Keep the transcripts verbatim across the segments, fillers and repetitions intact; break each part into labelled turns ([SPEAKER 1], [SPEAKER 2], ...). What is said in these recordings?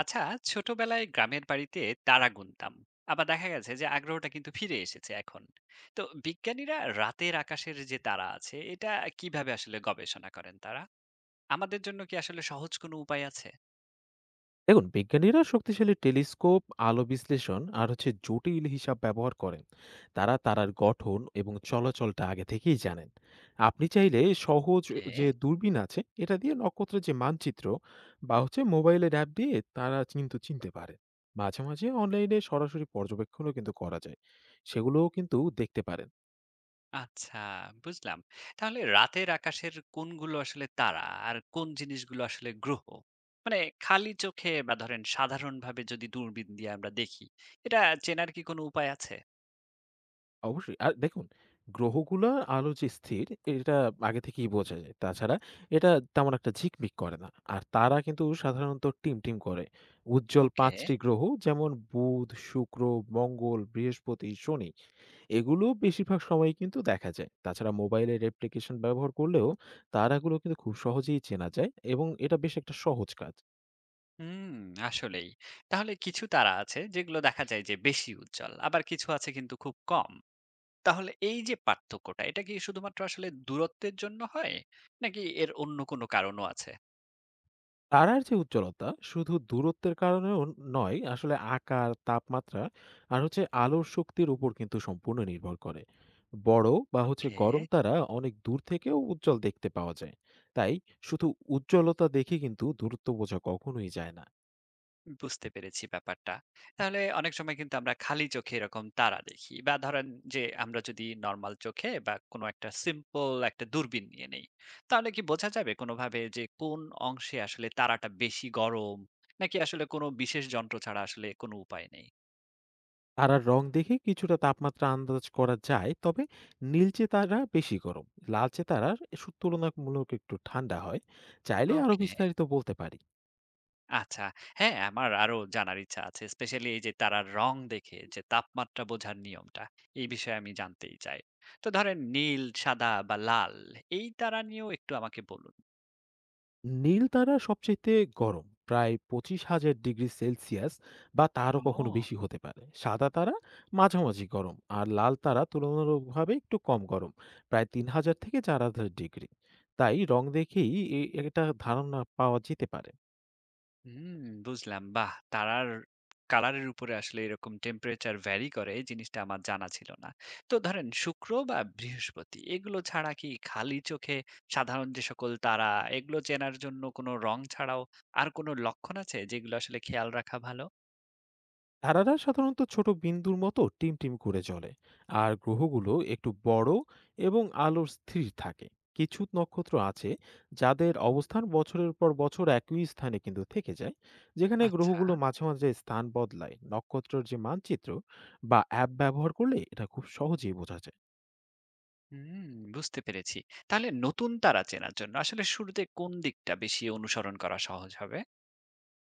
[SPEAKER 1] আচ্ছা, ছোটবেলায় গ্রামের বাড়িতে তারা গুনতাম। আবার দেখা গেছে যে আগ্রহটা কিন্তু ফিরে এসেছে এখন। তো বিজ্ঞানীরা রাতের আকাশের যে তারা আছে এটা কিভাবে আসলে গবেষণা করেন? তারা আমাদের জন্য কি আসলে সহজ কোনো উপায় আছে?
[SPEAKER 2] দেখুন, বিজ্ঞানীরা শক্তিশালী টেলিস্কোপ, আলো বিশ্লেষণ আর হচ্ছে জটিল হিসাব ব্যবহার করেন। তারা তারার গঠন এবং চলাচলটা আগে থেকেই জানেন। আপনি চাইলে সহজ
[SPEAKER 1] ওকে।
[SPEAKER 2] যে দূরবীন আছে এটা দিয়ে নক্ষত্রের যে মানচিত্র বা হচ্ছে মোবাইলের অ্যাপ দিয়ে তারা কিন্তু চিনতে পারে। মাঝে মাঝে অনলাইনে সরাসরি পর্যবেক্ষণও কিন্তু করা যায়, সেগুলোও কিন্তু দেখতে পারেন।
[SPEAKER 1] আচ্ছা, বুঝলাম। তাহলে রাতের আকাশের কোনগুলো আসলে তারা আর কোন জিনিসগুলো আসলে গ্রহ? মানে খালি চোখে বা ধরেন সাধারণভাবে যদি দূরবীন দিয়ে আমরা দেখি, এটা চেনার কি কোনো উপায় আছে?
[SPEAKER 2] অবশ্যই। আর দেখুন, গ্রহগুলার আলো যে স্থির, এটা আগে থেকেই বোঝা যায়। তাছাড়া এটা তেমন একটা ঝিকমিক করে না। আর তারা কিন্তু সাধারণত টিমটিম করে। উজ্জ্বল
[SPEAKER 1] ওকে।
[SPEAKER 2] ৫ টি গ্রহ যেমন বুধ, শুক্র, মঙ্গল, বৃহস্পতি, শনি এগুলো বেশিরভাগ সময়ই কিন্তু দেখা যায়। তাছাড়া মোবাইলের অ্যাপ্লিকেশন ব্যবহার করলেও তারাগুলো কিন্তু খুব সহজেই চেনা যায় এবং এটা বেশ একটা সহজ কাজ।
[SPEAKER 1] হুম, আসলেই। তাহলে কিছু তারা আছে যেগুলো দেখা যায় যে বেশি উজ্জ্বল, আবার কিছু আছে কিন্তু খুব কম। তাহলে এই যে পার্থক্যটা, এটা কি শুধুমাত্র আসলে দূরত্বের জন্য হয়? নাকি এর অন্য কোনো কারণও আছে?
[SPEAKER 2] তারার যে উজ্জ্বলতা শুধু দূরত্বের কারণেও নয়, আসলে আকার, তাপমাত্রা আর হচ্ছে আলোর শক্তির উপর কিন্তু সম্পূর্ণ নির্ভর করে। বড় বা হচ্ছে
[SPEAKER 1] ওকে।
[SPEAKER 2] গরম তারা অনেক দূর থেকেও উজ্জ্বল দেখতে পাওয়া যায়। তাই শুধু উজ্জ্বলতা দেখে কিন্তু দূরত্ব বোঝা কখনোই যায় না।
[SPEAKER 1] বুঝতে পেরেছি ব্যাপারটা। তাহলে অনেক সময় কিন্তু আমরা খালি চোখে এরকম তারা দেখি বা ধরেন যে আমরা যদি নরমাল চোখে বা কোনো একটা সিম্পল একটা দূরবীন নিয়ে নেই, তাহলে কি বোঝা যাবে কোনোভাবে যে কোন অংশে আসলে তারাটা বেশি গরম নাকি আসলে কোনো বিশেষ যন্ত্র ছাড়া আসলে কোনো উপায় নেই?
[SPEAKER 2] তারার রং দেখে কিছুটা তাপমাত্রা আন্দাজ করা যায়। তবে নীলচে তারা বেশি গরম, লালচে তারার তুলনামূলক একটু ঠান্ডা হয়। চাইলে আরো
[SPEAKER 1] ওকে,
[SPEAKER 2] বিস্তারিত বলতে পারি।
[SPEAKER 1] আচ্ছা। হ্যাঁ, আমার আরো জানার ইচ্ছা আছে। স্পেশালি এই যে তারার রং দেখে যে তাপমাত্রা বোঝার নিয়মটা, এই বিষয়ে আমি জানতেই চাই। তো ধরেন নীল, সাদা বা লাল এই তারা নিয়েও একটু আমাকে বলুন।
[SPEAKER 2] নীল তারা সবচাইতে গরম, প্রায় পঁচিশ হাজার ডিগ্রি সেলসিয়াস বা তারও কখনো
[SPEAKER 1] ও!
[SPEAKER 2] বেশি হতে পারে। সাদা তারা মাঝামাঝি গরম, আর লাল তারা তুলনামূলকভাবে একটু কম গরম, প্রায় তিন হাজার থেকে চার হাজার ডিগ্রি। তাই রং দেখেই এ- এটা ধারণা পাওয়া যেতে পারে।
[SPEAKER 1] হুম, বুঝলাম। বাহ! তারার কালারের উপরে আসলে এরকম টেম্পারেচার ভ্যারি করে এই জিনিসটা আমার জানা ছিল না। তো ধরেন শুক্র বা বৃহস্পতি এগুলো ছাড়া কি খালি চোখে সাধারণ যে সকল তারা এগুলো চেনার জন্য কোনো রং ছাড়াও আর কোনো লক্ষণ আছে যেগুলো আসলে খেয়াল রাখা ভালো?
[SPEAKER 2] তারারা সাধারণত ছোট বিন্দুর মতো টিমটিম করে জ্বলে, আর গ্রহগুলো একটু বড় এবং আলোর স্থির থাকে। কিছু নক্ষত্র আছে যাদের অবস্থান বছরের পর বছর একই স্থানে কিন্তু থেকে যায়, যেখানে
[SPEAKER 1] আচ্ছা।
[SPEAKER 2] গ্রহগুলো মাঝে মাঝে স্থান বদলায়। নক্ষত্রের যে মানচিত্র বা অ্যাপ ব্যবহার করলে এটা খুব সহজেই বোঝা যায়।
[SPEAKER 1] হুম, বুঝতে পেরেছি। তাহলে নতুন তারা চেনার জন্য আসলে শুরুতে কোন দিকটা বেশি অনুসরণ করা সহজ হবে?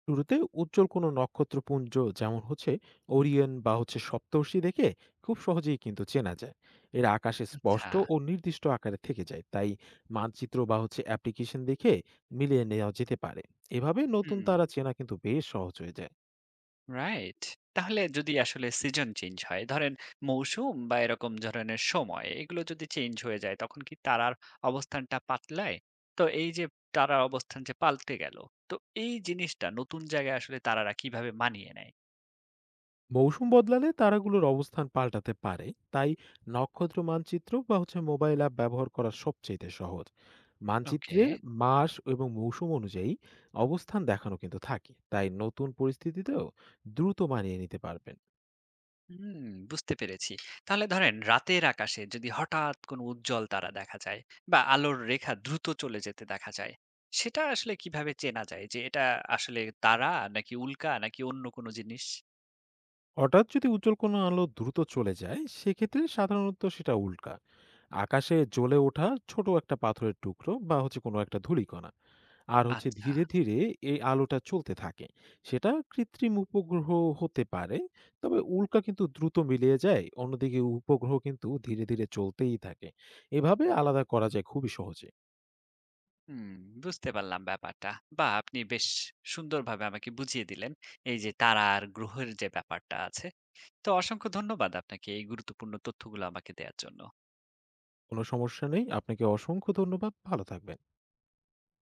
[SPEAKER 2] শুরুতে উজ্জ্বল কোনো নক্ষত্রপুঞ্জ, যেমন হচ্ছে ওরিয়ন বা হচ্ছে সপ্তর্ষি দেখে খুব সহজেই কিন্তু চেনা যায়। এরা আকাশে
[SPEAKER 1] আচ্ছা।
[SPEAKER 2] স্পষ্ট ও নির্দিষ্ট আকারে থেকে যায়। তাই মানচিত্র বা হচ্ছে অ্যাপ্লিকেশন দেখে মিলিয়ে নেওয়া যেতে পারে। এভাবে নতুন
[SPEAKER 1] হুম।
[SPEAKER 2] তারা চেনা কিন্তু বেশ সহজ হয়ে যায়।
[SPEAKER 1] রাইট। তাহলে যদি আসলে সিজন চেঞ্জ হয়, ধরেন মৌসুম বা এরকম ধরনের সময়, এগুলো যদি চেঞ্জ হয়ে যায়, তখন কি তারার অবস্থানটা পাল্টায়? তো এই যে তারার অবস্থান যে পাল্টে গেল, তো এই জিনিসটা নতুন জায়গায় আসলে তারারা কিভাবে মানিয়ে নেয়?
[SPEAKER 2] মৌসুম বদলালে তারাগুলোর অবস্থান পাল্টাতে পারে, তাই নক্ষত্র মানচিত্র বা হচ্ছে মোবাইল অ্যাপ ব্যবহার করা সবচেয়ে সহজ।
[SPEAKER 1] ওকে।
[SPEAKER 2] মানচিত্রে মাস এবং মৌসুম অনুযায়ী অবস্থান দেখানো কিন্তু থাকে, তাই নতুন পরিস্থিতিতেও দ্রুত মানিয়ে নিতে পারবেন।
[SPEAKER 1] হুম, বুঝতে পেরেছি। তাহলে ধরেন রাতের আকাশে যদি হঠাৎ কোনো উজ্জ্বল তারা দেখা যায় বা আলোর রেখা দ্রুত চলে যেতে দেখা যায়, সেটা আসলে কিভাবে চেনা যায় যে এটা আসলে তারা নাকি উল্কা নাকি অন্য কোনো জিনিস?
[SPEAKER 2] হঠাৎ যদি উজ্জ্বল কোনো আলো দ্রুত চলে যায়, সেক্ষেত্রে সাধারণত সেটা উল্কা আকাশে জ্বলে ওঠা ছোট একটা পাথরের টুকরো বা হচ্ছে কোনো একটা ধূলিকণা। আর হচ্ছে
[SPEAKER 1] আচ্ছা।
[SPEAKER 2] ধীরে ধীরে এই আলোটা চলতে থাকে, সেটা কৃত্রিম উপগ্রহ হতে পারে। তবে উল্কা কিন্তু দ্রুত মিলিয়ে যায়, অন্যদিকে উপগ্রহ কিন্তু ধীরে ধীরে চলতেই থাকে। এভাবে আলাদা করা যায় খুবই সহজে।
[SPEAKER 1] হুম, বুঝতে পারলাম ব্যাপারটা। বাহ! আপনি বেশ সুন্দরভাবে আমাকে বুঝিয়ে দিলেন। এই যে তারা আর গ্রহের যে ব্যাপারটা আছে। তো অসংখ্য ধন্যবাদ আপনাকে এই গুরুত্বপূর্ণ তথ্যগুলো আমাকে দেয়ার জন্য।
[SPEAKER 2] কোনো সমস্যা নেই, আপনাকে অসংখ্য ধন্যবাদ, ভালো থাকবেন।